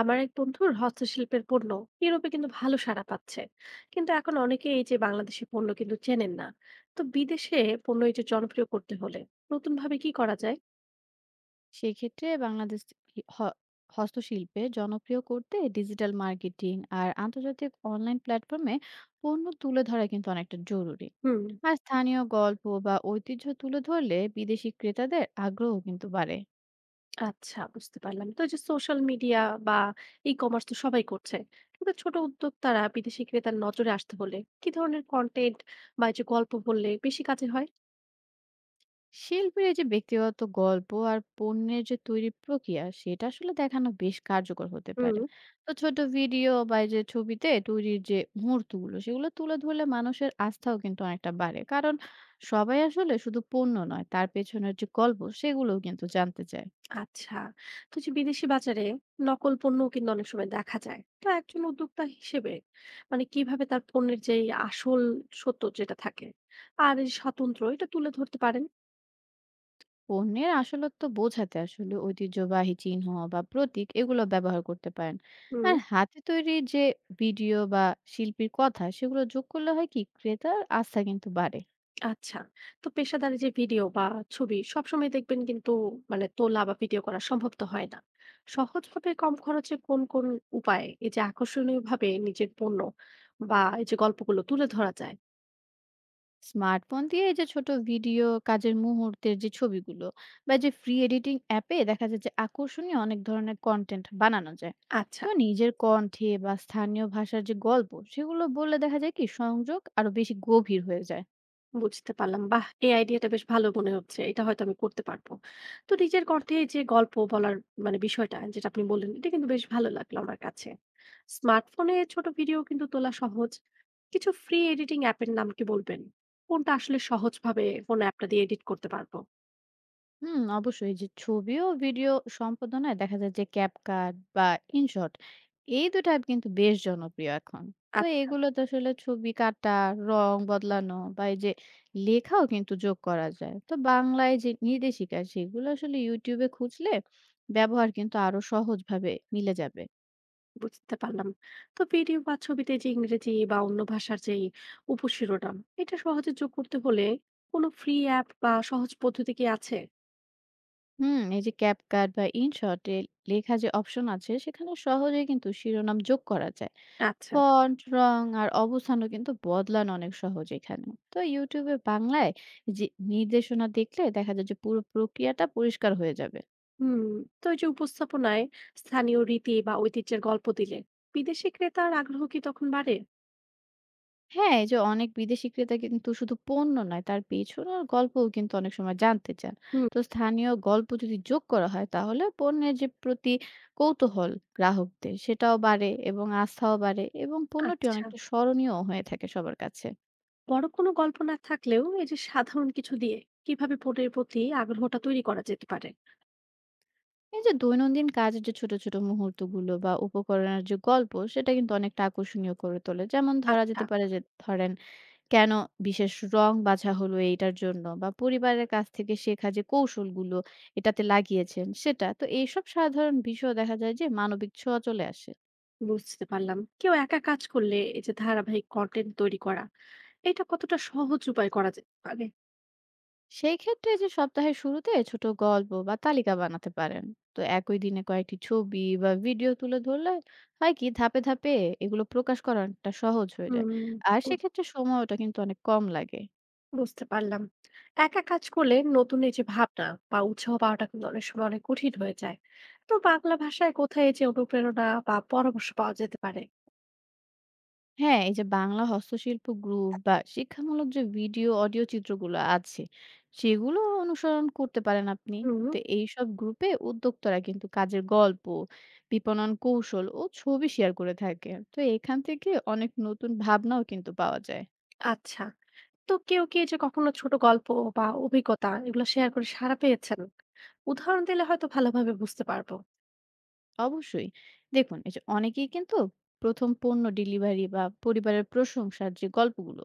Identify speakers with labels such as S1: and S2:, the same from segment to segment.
S1: আমার এক বন্ধুর হস্তশিল্পের পণ্য ইউরোপে কিন্তু ভালো সাড়া পাচ্ছে। কিন্তু এখন অনেকে এই যে বাংলাদেশি পণ্য কিন্তু চেনেন না, তো বিদেশে পণ্য এই যে জনপ্রিয় করতে হলে নতুন ভাবে কি করা যায়?
S2: সেক্ষেত্রে বাংলাদেশ ই হ হস্তশিল্পে জনপ্রিয় করতে ডিজিটাল মার্কেটিং আর আন্তর্জাতিক অনলাইন প্ল্যাটফর্মে পণ্য তুলে ধরা কিন্তু অনেকটা জরুরি।
S1: হুম।
S2: আর স্থানীয় গল্প বা ঐতিহ্য তুলে ধরলে বিদেশি ক্রেতাদের আগ্রহ কিন্তু বাড়ে।
S1: আচ্ছা, বুঝতে পারলাম। তো এই যে সোশ্যাল মিডিয়া বা ই কমার্স তো সবাই করছে, কিন্তু ছোট উদ্যোক্তারা বিদেশি ক্রেতার নজরে আসতে হলে কি ধরনের কন্টেন্ট বা এই যে গল্প বললে বেশি কাজে হয়?
S2: শিল্পীর এই যে ব্যক্তিগত গল্প আর পণ্যের যে তৈরি প্রক্রিয়া সেটা আসলে দেখানো বেশ কার্যকর হতে
S1: হুম।
S2: পারে। তো ছোট ভিডিও বা এই যে ছবিতে তৈরির যে মুহূর্তগুলো সেগুলো তুলে ধরলে মানুষের আস্থাও কিন্তু অনেকটা বাড়ে, কারণ সবাই আসলে শুধু পণ্য নয়, তার পেছনের যে গল্প সেগুলোও কিন্তু জানতে চায়।
S1: আচ্ছা, তো যে বিদেশি বাজারে নকল পণ্য কিন্তু অনেক সময় দেখা যায়, তো একজন উদ্যোক্তা হিসেবে মানে কিভাবে তার পণ্যের যে এই আসল সত্য যেটা থাকে আর এই স্বতন্ত্র এটা তুলে ধরতে পারেন?
S2: পণ্যের আসলত্ব বোঝাতে আসলে ঐতিহ্যবাহী চিহ্ন বা প্রতীক এগুলো ব্যবহার করতে পারেন।
S1: হুম।
S2: আর হাতে তৈরি যে ভিডিও বা শিল্পীর কথা সেগুলো যোগ করলে হয় কি ক্রেতার আস্থা কিন্তু বাড়ে।
S1: আচ্ছা, তো পেশাদারি যে ভিডিও বা ছবি সবসময় দেখবেন কিন্তু মানে তোলা বা ভিডিও করা সম্ভব তো হয় না। সহজভাবে কম খরচে কোন কোন উপায়ে এই যে আকর্ষণীয় ভাবে নিজের পণ্য বা এই যে গল্পগুলো তুলে ধরা যায়?
S2: স্মার্টফোন দিয়ে এই যে ছোট ভিডিও, কাজের মুহূর্তের যে ছবিগুলো বা এই যে ফ্রি এডিটিং অ্যাপে দেখা যায় যে আকর্ষণীয় অনেক ধরনের কন্টেন্ট বানানো যায়।
S1: আচ্ছা,
S2: তো নিজের কণ্ঠে বা স্থানীয় ভাষার যে গল্প সেগুলো বললে দেখা যায় কি সংযোগ আরো বেশি গভীর হয়ে যায়।
S1: বুঝতে পারলাম। বাহ! এই আইডিয়াটা বেশ ভালো মনে হচ্ছে। এটা হয়তো আমি করতে পারবো। তো নিজের কণ্ঠে যে গল্প বলার মানে বিষয়টা যেটা আপনি বললেন, এটা কিন্তু বেশ ভালো লাগলো আমার কাছে। স্মার্টফোনে ছোট ভিডিও কিন্তু তোলা সহজ। কিছু ফ্রি এডিটিং অ্যাপের নাম কি বলবেন? কোনটা আসলে সহজভাবে কোন অ্যাপটা দিয়ে এডিট করতে পারবো?
S2: হুম, অবশ্যই। যে ছবি ও ভিডিও সম্পাদনায় দেখা যায় যে ক্যাপকাট বা ইনশট, এই দুটো অ্যাপ কিন্তু বেশ জনপ্রিয় এখন। তো
S1: আচ্ছা,
S2: এগুলোতে আসলে ছবি কাটা, রং বদলানো বা এই যে লেখাও কিন্তু যোগ করা যায়। তো বাংলায় যে নির্দেশিকা সেগুলো আসলে ইউটিউবে খুঁজলে ব্যবহার কিন্তু আরো সহজভাবে মিলে যাবে।
S1: বুঝতে পারলাম। তো ভিডিও বা ছবিতে যে ইংরেজি বা অন্য ভাষার যেই উপশিরোনাম, এটা সহজে যোগ করতে হলে কোন ফ্রি অ্যাপ বা সহজ পদ্ধতি কি আছে?
S2: হুম, এই যে ক্যাপকাট বা ইনশটে লেখা যে অপশন আছে সেখানে সহজে কিন্তু শিরোনাম যোগ করা যায়।
S1: আচ্ছা।
S2: ফন্ট, রং আর অবস্থানও কিন্তু বদলানো অনেক সহজ এখানে। তো YouTube এ বাংলায় যে নির্দেশনা দেখলে দেখা যায় যে পুরো প্রক্রিয়াটা পরিষ্কার হয়ে যাবে।
S1: হুম। তো এই যে উপস্থাপনায় স্থানীয় রীতি বা ঐতিহ্যের গল্প দিলে বিদেশি ক্রেতার আগ্রহ কি তখন বাড়ে?
S2: হ্যাঁ, এই যে অনেক বিদেশি ক্রেতা কিন্তু শুধু পণ্য নয়, তার পেছনের গল্পও কিন্তু অনেক সময় জানতে চান।
S1: হুম।
S2: তো স্থানীয় গল্প যদি যোগ করা হয় তাহলে পণ্যের যে প্রতি কৌতূহল গ্রাহকদের সেটাও বাড়ে এবং আস্থাও বাড়ে এবং পণ্যটি
S1: আচ্ছা,
S2: অনেকটা স্মরণীয় হয়ে থাকে সবার কাছে।
S1: বড় কোনো গল্প না থাকলেও এই যে সাধারণ কিছু দিয়ে কিভাবে পণ্যের প্রতি আগ্রহটা তৈরি করা যেতে পারে?
S2: এই যে দৈনন্দিন কাজের যে ছোট, ছোট মুহূর্তগুলো বা উপকরণের যে গল্প, সেটা কিন্তু অনেকটা আকর্ষণীয় করে তোলে। যেমন ধরা
S1: আচ্ছা,
S2: যেতে পারে যে, ধরেন, কেন বিশেষ রং বাছা হলো এইটার জন্য, বা পরিবারের কাছ থেকে শেখা যে কৌশলগুলো এটাতে লাগিয়েছেন, সেটা। তো এইসব সাধারণ বিষয় দেখা যায় যে মানবিক ছোঁয়া চলে আসে।
S1: বুঝতে পারলাম। কেউ একা কাজ করলে এই যে ধারাবাহিক কন্টেন্ট তৈরি করা এটা কতটা সহজ উপায় করা যেতে পারে?
S2: সেই ক্ষেত্রে যে সপ্তাহের শুরুতে ছোট গল্প বা তালিকা বানাতে পারেন। তো একই দিনে কয়েকটি ছবি বা ভিডিও তুলে ধরলে হয় কি ধাপে ধাপে এগুলো প্রকাশ করাটা সহজ হয়ে যায়।
S1: হুম।
S2: আর সেক্ষেত্রে সময়টা কিন্তু অনেক কম লাগে।
S1: বুঝতে পারলাম। একা কাজ করলে নতুন এই যে ভাবনা বা উৎসাহ পাওয়াটা কিন্তু অনেক সময় অনেক কঠিন হয়ে যায়। তো বাংলা ভাষায় কোথায় এই যে অনুপ্রেরণা বা পরামর্শ পাওয়া যেতে পারে?
S2: হ্যাঁ, এই যে বাংলা হস্তশিল্প গ্রুপ বা শিক্ষামূলক যে ভিডিও, অডিও, চিত্রগুলো আছে সেগুলো অনুসরণ করতে পারেন আপনি।
S1: হুম।
S2: তো এইসব গ্রুপে উদ্যোক্তারা কিন্তু কাজের গল্প, বিপণন কৌশল ও ছবি শেয়ার করে থাকে। তো এখান থেকে অনেক নতুন ভাবনাও কিন্তু পাওয়া যায়।
S1: আচ্ছা, তো কেউ কি এই যে কখনো ছোট গল্প বা অভিজ্ঞতা এগুলো শেয়ার করে সাড়া পেয়েছেন? উদাহরণ দিলে হয়তো ভালোভাবে বুঝতে পারবো।
S2: অবশ্যই। দেখুন, এই যে অনেকেই কিন্তু প্রথম পণ্য ডেলিভারি বা পরিবারের প্রশংসার যে গল্পগুলো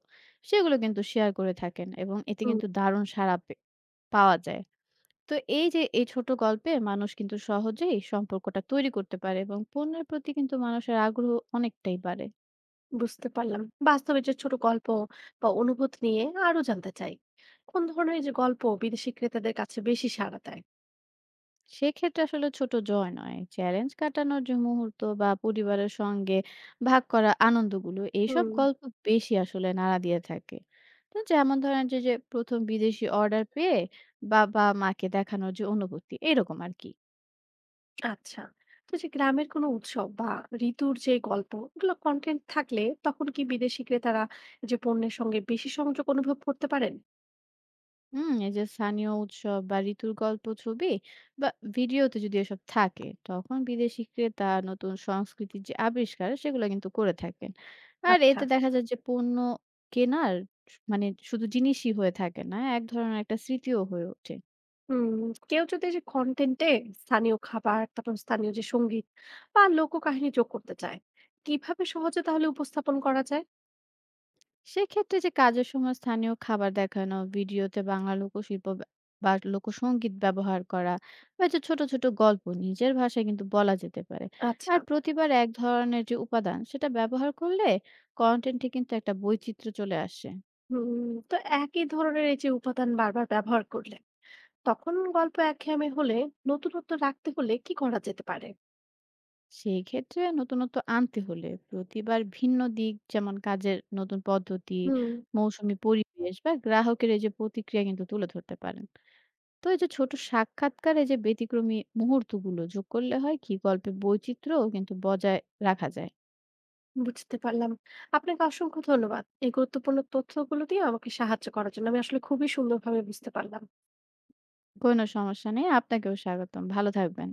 S2: সেগুলো কিন্তু শেয়ার করে থাকেন, এবং এতে
S1: হুম।
S2: কিন্তু দারুণ সাড়া পাওয়া যায়। তো এই যে এই ছোট গল্পে মানুষ কিন্তু সহজেই সম্পর্কটা তৈরি করতে পারে এবং পণ্যের প্রতি কিন্তু মানুষের আগ্রহ অনেকটাই বাড়ে।
S1: বুঝতে পারলাম। বাস্তবে যে ছোট গল্প বা অনুভূতি নিয়ে আরো জানতে চাই। কোন ধরনের এই যে গল্প বিদেশি ক্রেতাদের কাছে বেশি সাড়া দেয়?
S2: সেক্ষেত্রে আসলে ছোট জয় নয়, চ্যালেঞ্জ কাটানোর যে মুহূর্ত বা পরিবারের সঙ্গে ভাগ করা আনন্দগুলো, এইসব
S1: হুম।
S2: গল্প বেশি আসলে নাড়া দিয়ে থাকে। তো যেমন ধরেন যে, যে প্রথম বিদেশি অর্ডার পেয়ে বাবা মাকে দেখানোর যে অনুভূতি, এরকম আর কি।
S1: আচ্ছা, তো যে গ্রামের কোনো উৎসব বা ঋতুর যে গল্প এগুলো কন্টেন্ট থাকলে তখন কি বিদেশি ক্রেতারা যে পণ্যের সঙ্গে বেশি সংযোগ অনুভব করতে পারেন?
S2: হুম, এই যে স্থানীয় উৎসব বা ঋতুর গল্প ছবি বা ভিডিওতে যদি এসব থাকে তখন বিদেশি ক্রেতা নতুন সংস্কৃতির যে আবিষ্কার সেগুলো কিন্তু করে থাকেন। আর
S1: আচ্ছা।
S2: এতে দেখা যায় যে পণ্য কেনার মানে শুধু জিনিসই হয়ে থাকে না, এক ধরনের একটা স্মৃতিও হয়ে ওঠে।
S1: হুম। কেউ যদি এই যে কন্টেন্টে স্থানীয় খাবার, তারপর স্থানীয় যে সঙ্গীত বা লোককাহিনী যোগ করতে চায়, কিভাবে সহজে তাহলে উপস্থাপন করা যায়?
S2: সেক্ষেত্রে যে কাজের সময় স্থানীয় খাবার দেখানো, ভিডিওতে বাংলা লোকশিল্প বা লোকসংগীত ব্যবহার করা, বা যে ছোট, ছোট গল্প নিজের ভাষায় কিন্তু বলা যেতে পারে। আর
S1: আচ্ছা।
S2: প্রতিবার এক ধরনের যে উপাদান সেটা ব্যবহার করলে কনটেন্টে কিন্তু একটা বৈচিত্র্য চলে আসে।
S1: হুম। তো একই ধরনের এই যে উপাদান বারবার ব্যবহার করলে তখন গল্প একঘেয়েমি হলে নতুনত্ব রাখতে হলে কি করা যেতে পারে?
S2: সেই ক্ষেত্রে নতুনত্ব আনতে হলে প্রতিবার ভিন্ন দিক, যেমন কাজের নতুন পদ্ধতি,
S1: হুম।
S2: মৌসুমি পরিবেশ বা গ্রাহকের এই যে প্রতিক্রিয়া কিন্তু তুলে ধরতে পারেন। তো এই যে ছোট সাক্ষাৎকারে যে ব্যতিক্রমী মুহূর্তগুলো যোগ করলে হয় কি গল্পে বৈচিত্র্য কিন্তু বজায় রাখা যায়।
S1: বুঝতে পারলাম। আপনাকে অসংখ্য ধন্যবাদ। এই গুরুত্বপূর্ণ তথ্যগুলো দিয়ে আমাকে সাহায্য করার জন্য। আমি আসলে খুবই সুন্দরভাবে বুঝতে পারলাম।
S2: কোনো সমস্যা নেই, আপনাকেও স্বাগতম। ভালো থাকবেন।